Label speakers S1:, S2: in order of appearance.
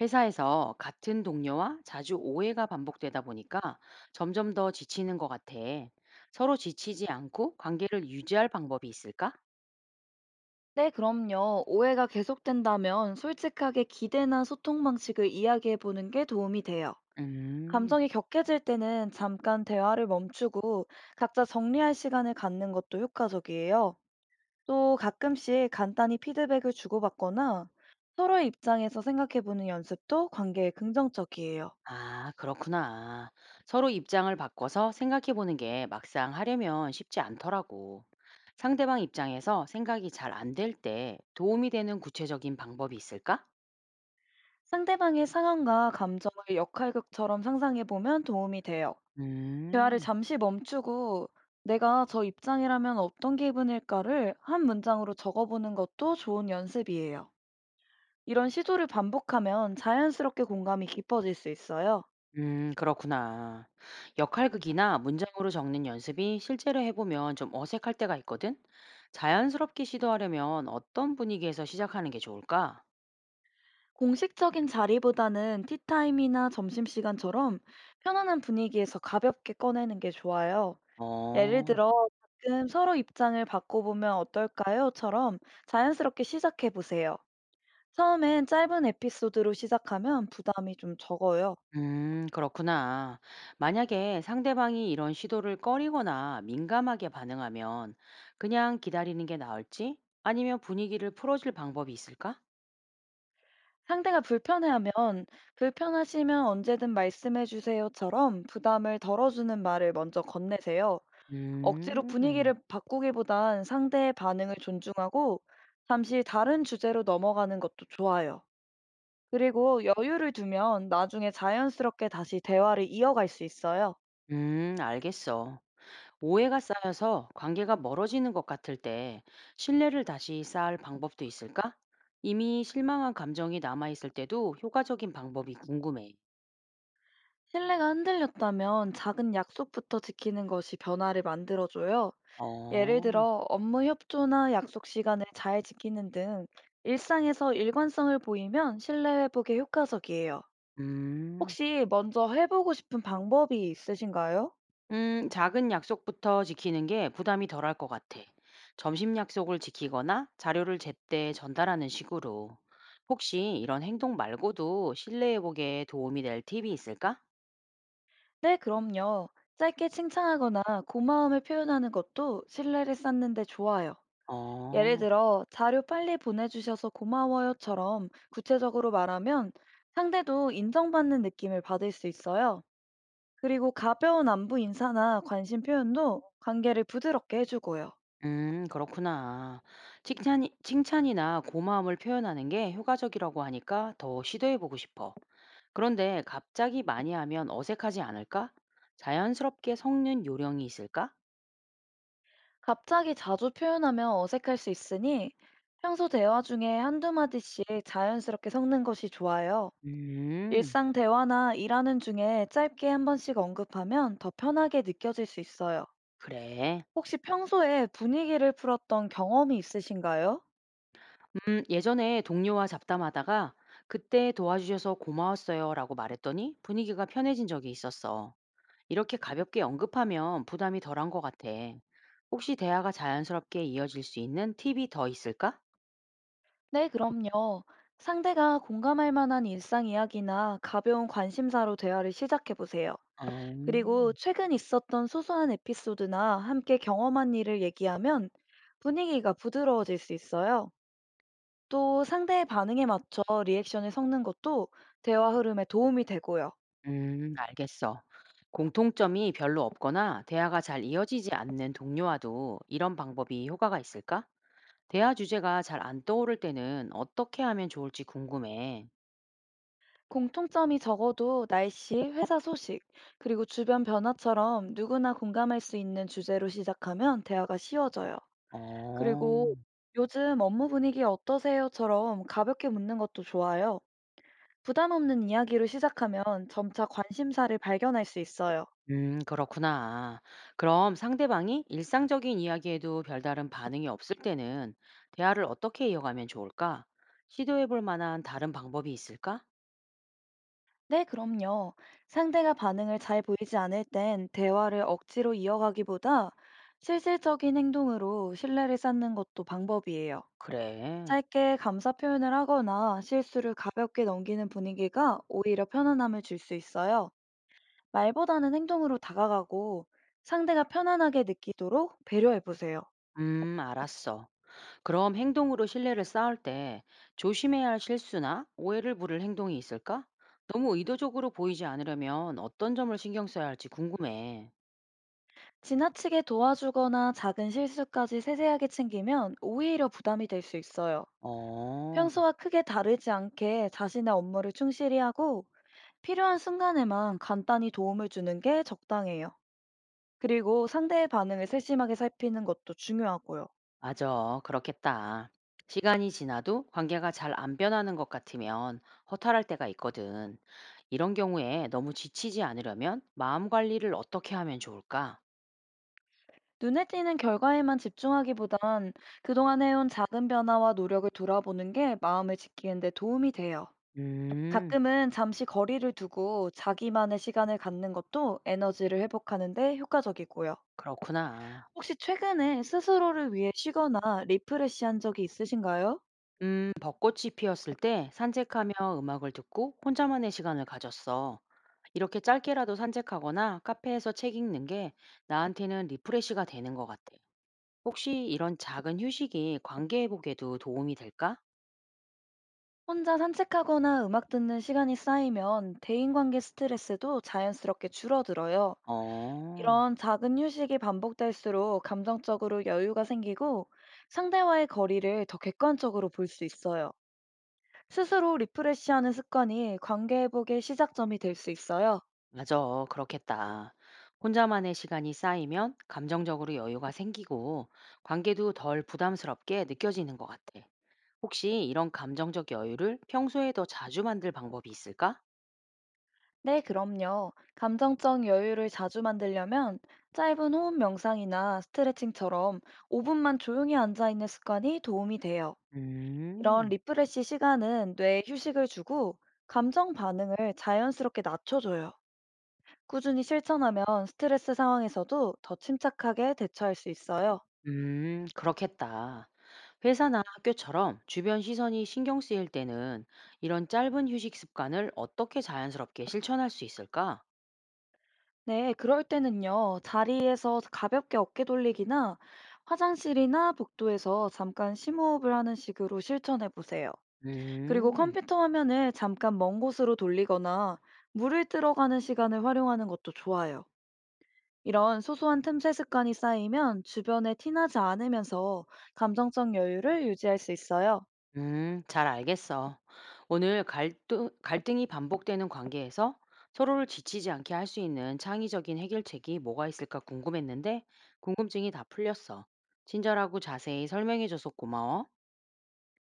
S1: 회사에서 같은 동료와 자주 오해가 반복되다 보니까 점점 더 지치는 것 같아. 서로 지치지 않고 관계를 유지할 방법이 있을까?
S2: 네, 그럼요. 오해가 계속된다면 솔직하게 기대나 소통 방식을 이야기해 보는 게 도움이 돼요.
S1: 음,
S2: 감정이 격해질 때는 잠깐 대화를 멈추고 각자 정리할 시간을 갖는 것도 효과적이에요. 또 가끔씩 간단히 피드백을 주고받거나 서로의 입장에서 생각해 보는 연습도 관계에 긍정적이에요.
S1: 아, 그렇구나. 서로 입장을 바꿔서 생각해 보는 게 막상 하려면 쉽지 않더라고. 상대방 입장에서 생각이 잘 안 될 때 도움이 되는 구체적인 방법이 있을까?
S2: 상대방의 상황과 감정을 역할극처럼 상상해 보면 도움이 돼요. 대화를
S1: 음.
S2: 잠시 멈추고 내가 저 입장이라면 어떤 기분일까를 한 문장으로 적어보는 것도 좋은 연습이에요. 이런 시도를 반복하면 자연스럽게 공감이 깊어질 수 있어요.
S1: 그렇구나. 역할극이나 문장으로 적는 연습이 실제로 해보면 좀 어색할 때가 있거든? 자연스럽게 시도하려면 어떤 분위기에서 시작하는 게 좋을까?
S2: 공식적인 자리보다는 티타임이나 점심시간처럼 편안한 분위기에서 가볍게 꺼내는 게 좋아요. 예를
S1: 어,
S2: 들어, 가끔 서로 입장을 바꿔보면 어떨까요?처럼 자연스럽게 시작해보세요. 처음엔 짧은 에피소드로 시작하면 부담이 좀 적어요.
S1: 그렇구나. 만약에 상대방이 이런 시도를 꺼리거나 민감하게 반응하면 그냥 기다리는 게 나을지? 아니면 분위기를 풀어줄 방법이 있을까?
S2: 상대가 불편해하면 "불편하시면 언제든 말씀해 주세요."처럼 부담을 덜어주는 말을 먼저 건네세요. 억지로
S1: 음,
S2: 분위기를 바꾸기보단 상대의 반응을 존중하고 잠시 다른 주제로 넘어가는 것도 좋아요. 그리고 여유를 두면 나중에 자연스럽게 다시 대화를 이어갈 수 있어요.
S1: 알겠어. 오해가 쌓여서 관계가 멀어지는 것 같을 때 신뢰를 다시 쌓을 방법도 있을까? 이미 실망한 감정이 남아있을 때도 효과적인 방법이 궁금해.
S2: 신뢰가 흔들렸다면 작은 약속부터 지키는 것이 변화를 만들어줘요. 예를
S1: 어,
S2: 들어 업무 협조나 약속 시간을 잘 지키는 등 일상에서 일관성을 보이면 신뢰 회복에 효과적이에요.
S1: 음,
S2: 혹시 먼저 해보고 싶은 방법이 있으신가요?
S1: 작은 약속부터 지키는 게 부담이 덜할 것 같아. 점심 약속을 지키거나 자료를 제때 전달하는 식으로. 혹시 이런 행동 말고도 신뢰 회복에 도움이 될 팁이 있을까?
S2: 네, 그럼요. 짧게 칭찬하거나 고마움을 표현하는 것도 신뢰를 쌓는 데 좋아요. 예를
S1: 어.
S2: 들어 자료 빨리 보내주셔서 고마워요처럼 구체적으로 말하면 상대도 인정받는 느낌을 받을 수 있어요. 그리고 가벼운 안부 인사나 관심 표현도 관계를 부드럽게 해주고요.
S1: 그렇구나. 칭찬이나 고마움을 표현하는 게 효과적이라고 하니까 더 시도해보고 싶어. 그런데 갑자기 많이 하면 어색하지 않을까? 자연스럽게 섞는 요령이 있을까?
S2: 갑자기 자주 표현하면 어색할 수 있으니 평소 대화 중에 한두 마디씩 자연스럽게 섞는 것이 좋아요.
S1: 음,
S2: 일상 대화나 일하는 중에 짧게 한 번씩 언급하면 더 편하게 느껴질 수 있어요.
S1: 그래.
S2: 혹시 평소에 분위기를 풀었던 경험이 있으신가요?
S1: 예전에 동료와 잡담하다가 그때 도와주셔서 고마웠어요 라고 말했더니 분위기가 편해진 적이 있었어. 이렇게 가볍게 언급하면 부담이 덜한 것 같아. 혹시 대화가 자연스럽게 이어질 수 있는 팁이 더 있을까?
S2: 네, 그럼요. 상대가 공감할 만한 일상 이야기나 가벼운 관심사로 대화를 시작해 보세요.
S1: 어.
S2: 그리고 최근 있었던 소소한 에피소드나 함께 경험한 일을 얘기하면 분위기가 부드러워질 수 있어요. 또 상대의 반응에 맞춰 리액션을 섞는 것도 대화 흐름에 도움이 되고요.
S1: 알겠어. 공통점이 별로 없거나 대화가 잘 이어지지 않는 동료와도 이런 방법이 효과가 있을까? 대화 주제가 잘 안 떠오를 때는 어떻게 하면 좋을지 궁금해.
S2: 공통점이 적어도 날씨, 회사 소식, 그리고 주변 변화처럼 누구나 공감할 수 있는 주제로 시작하면 대화가 쉬워져요.
S1: 어.
S2: 그리고 요즘 업무 분위기 어떠세요?처럼 가볍게 묻는 것도 좋아요. 부담 없는 이야기로 시작하면 점차 관심사를 발견할 수 있어요.
S1: 그렇구나. 그럼 상대방이 일상적인 이야기에도 별다른 반응이 없을 때는 대화를 어떻게 이어가면 좋을까? 시도해 볼 만한 다른 방법이 있을까?
S2: 네, 그럼요. 상대가 반응을 잘 보이지 않을 땐 대화를 억지로 이어가기보다 실질적인 행동으로 신뢰를 쌓는 것도 방법이에요.
S1: 그래.
S2: 짧게 감사 표현을 하거나 실수를 가볍게 넘기는 분위기가 오히려 편안함을 줄 수 있어요. 말보다는 행동으로 다가가고 상대가 편안하게 느끼도록 배려해 보세요.
S1: 알았어. 그럼 행동으로 신뢰를 쌓을 때 조심해야 할 실수나 오해를 부를 행동이 있을까? 너무 의도적으로 보이지 않으려면 어떤 점을 신경 써야 할지 궁금해.
S2: 지나치게 도와주거나 작은 실수까지 세세하게 챙기면 오히려 부담이 될 수 있어요.
S1: 어,
S2: 평소와 크게 다르지 않게 자신의 업무를 충실히 하고 필요한 순간에만 간단히 도움을 주는 게 적당해요. 그리고 상대의 반응을 세심하게 살피는 것도 중요하고요.
S1: 맞아. 그렇겠다. 시간이 지나도 관계가 잘 안 변하는 것 같으면 허탈할 때가 있거든. 이런 경우에 너무 지치지 않으려면 마음 관리를 어떻게 하면 좋을까?
S2: 눈에 띄는 결과에만 집중하기보단 그동안 해온 작은 변화와 노력을 돌아보는 게 마음을 지키는 데 도움이 돼요.
S1: 음,
S2: 가끔은 잠시 거리를 두고 자기만의 시간을 갖는 것도 에너지를 회복하는 데 효과적이고요.
S1: 그렇구나.
S2: 혹시 최근에 스스로를 위해 쉬거나 리프레시한 적이 있으신가요?
S1: 벚꽃이 피었을 때 산책하며 음악을 듣고 혼자만의 시간을 가졌어. 이렇게 짧게라도 산책하거나 카페에서 책 읽는 게 나한테는 리프레시가 되는 것 같아. 혹시 이런 작은 휴식이 관계 회복에도 도움이 될까?
S2: 혼자 산책하거나 음악 듣는 시간이 쌓이면 대인관계 스트레스도 자연스럽게 줄어들어요.
S1: 어,
S2: 이런 작은 휴식이 반복될수록 감정적으로 여유가 생기고 상대와의 거리를 더 객관적으로 볼 수 있어요. 스스로 리프레시하는 습관이 관계 회복의 시작점이 될 수 있어요.
S1: 맞아. 그렇겠다. 혼자만의 시간이 쌓이면 감정적으로 여유가 생기고 관계도 덜 부담스럽게 느껴지는 것 같아. 혹시 이런 감정적 여유를 평소에 더 자주 만들 방법이 있을까?
S2: 네, 그럼요. 감정적 여유를 자주 만들려면 짧은 호흡 명상이나 스트레칭처럼 5분만 조용히 앉아 있는 습관이 도움이 돼요. 이런
S1: 음.
S2: 리프레시 시간은 뇌에 휴식을 주고 감정 반응을 자연스럽게 낮춰줘요. 꾸준히 실천하면 스트레스 상황에서도 더 침착하게 대처할 수 있어요.
S1: 그렇겠다. 회사나 학교처럼 주변 시선이 신경 쓰일 때는 이런 짧은 휴식 습관을 어떻게 자연스럽게 실천할 수 있을까?
S2: 네, 그럴 때는요, 자리에서 가볍게 어깨 돌리기나 화장실이나 복도에서 잠깐 심호흡을 하는 식으로 실천해 보세요. 그리고
S1: 음.
S2: 컴퓨터 화면을 잠깐 먼 곳으로 돌리거나 물을 들어가는 시간을 활용하는 것도 좋아요. 이런 소소한 틈새 습관이 쌓이면 주변에 티나지 않으면서 감정적 여유를 유지할 수 있어요.
S1: 잘 알겠어. 오늘 갈등이 반복되는 관계에서 서로를 지치지 않게 할 수 있는 창의적인 해결책이 뭐가 있을까 궁금했는데 궁금증이 다 풀렸어. 친절하고 자세히 설명해줘서 고마워.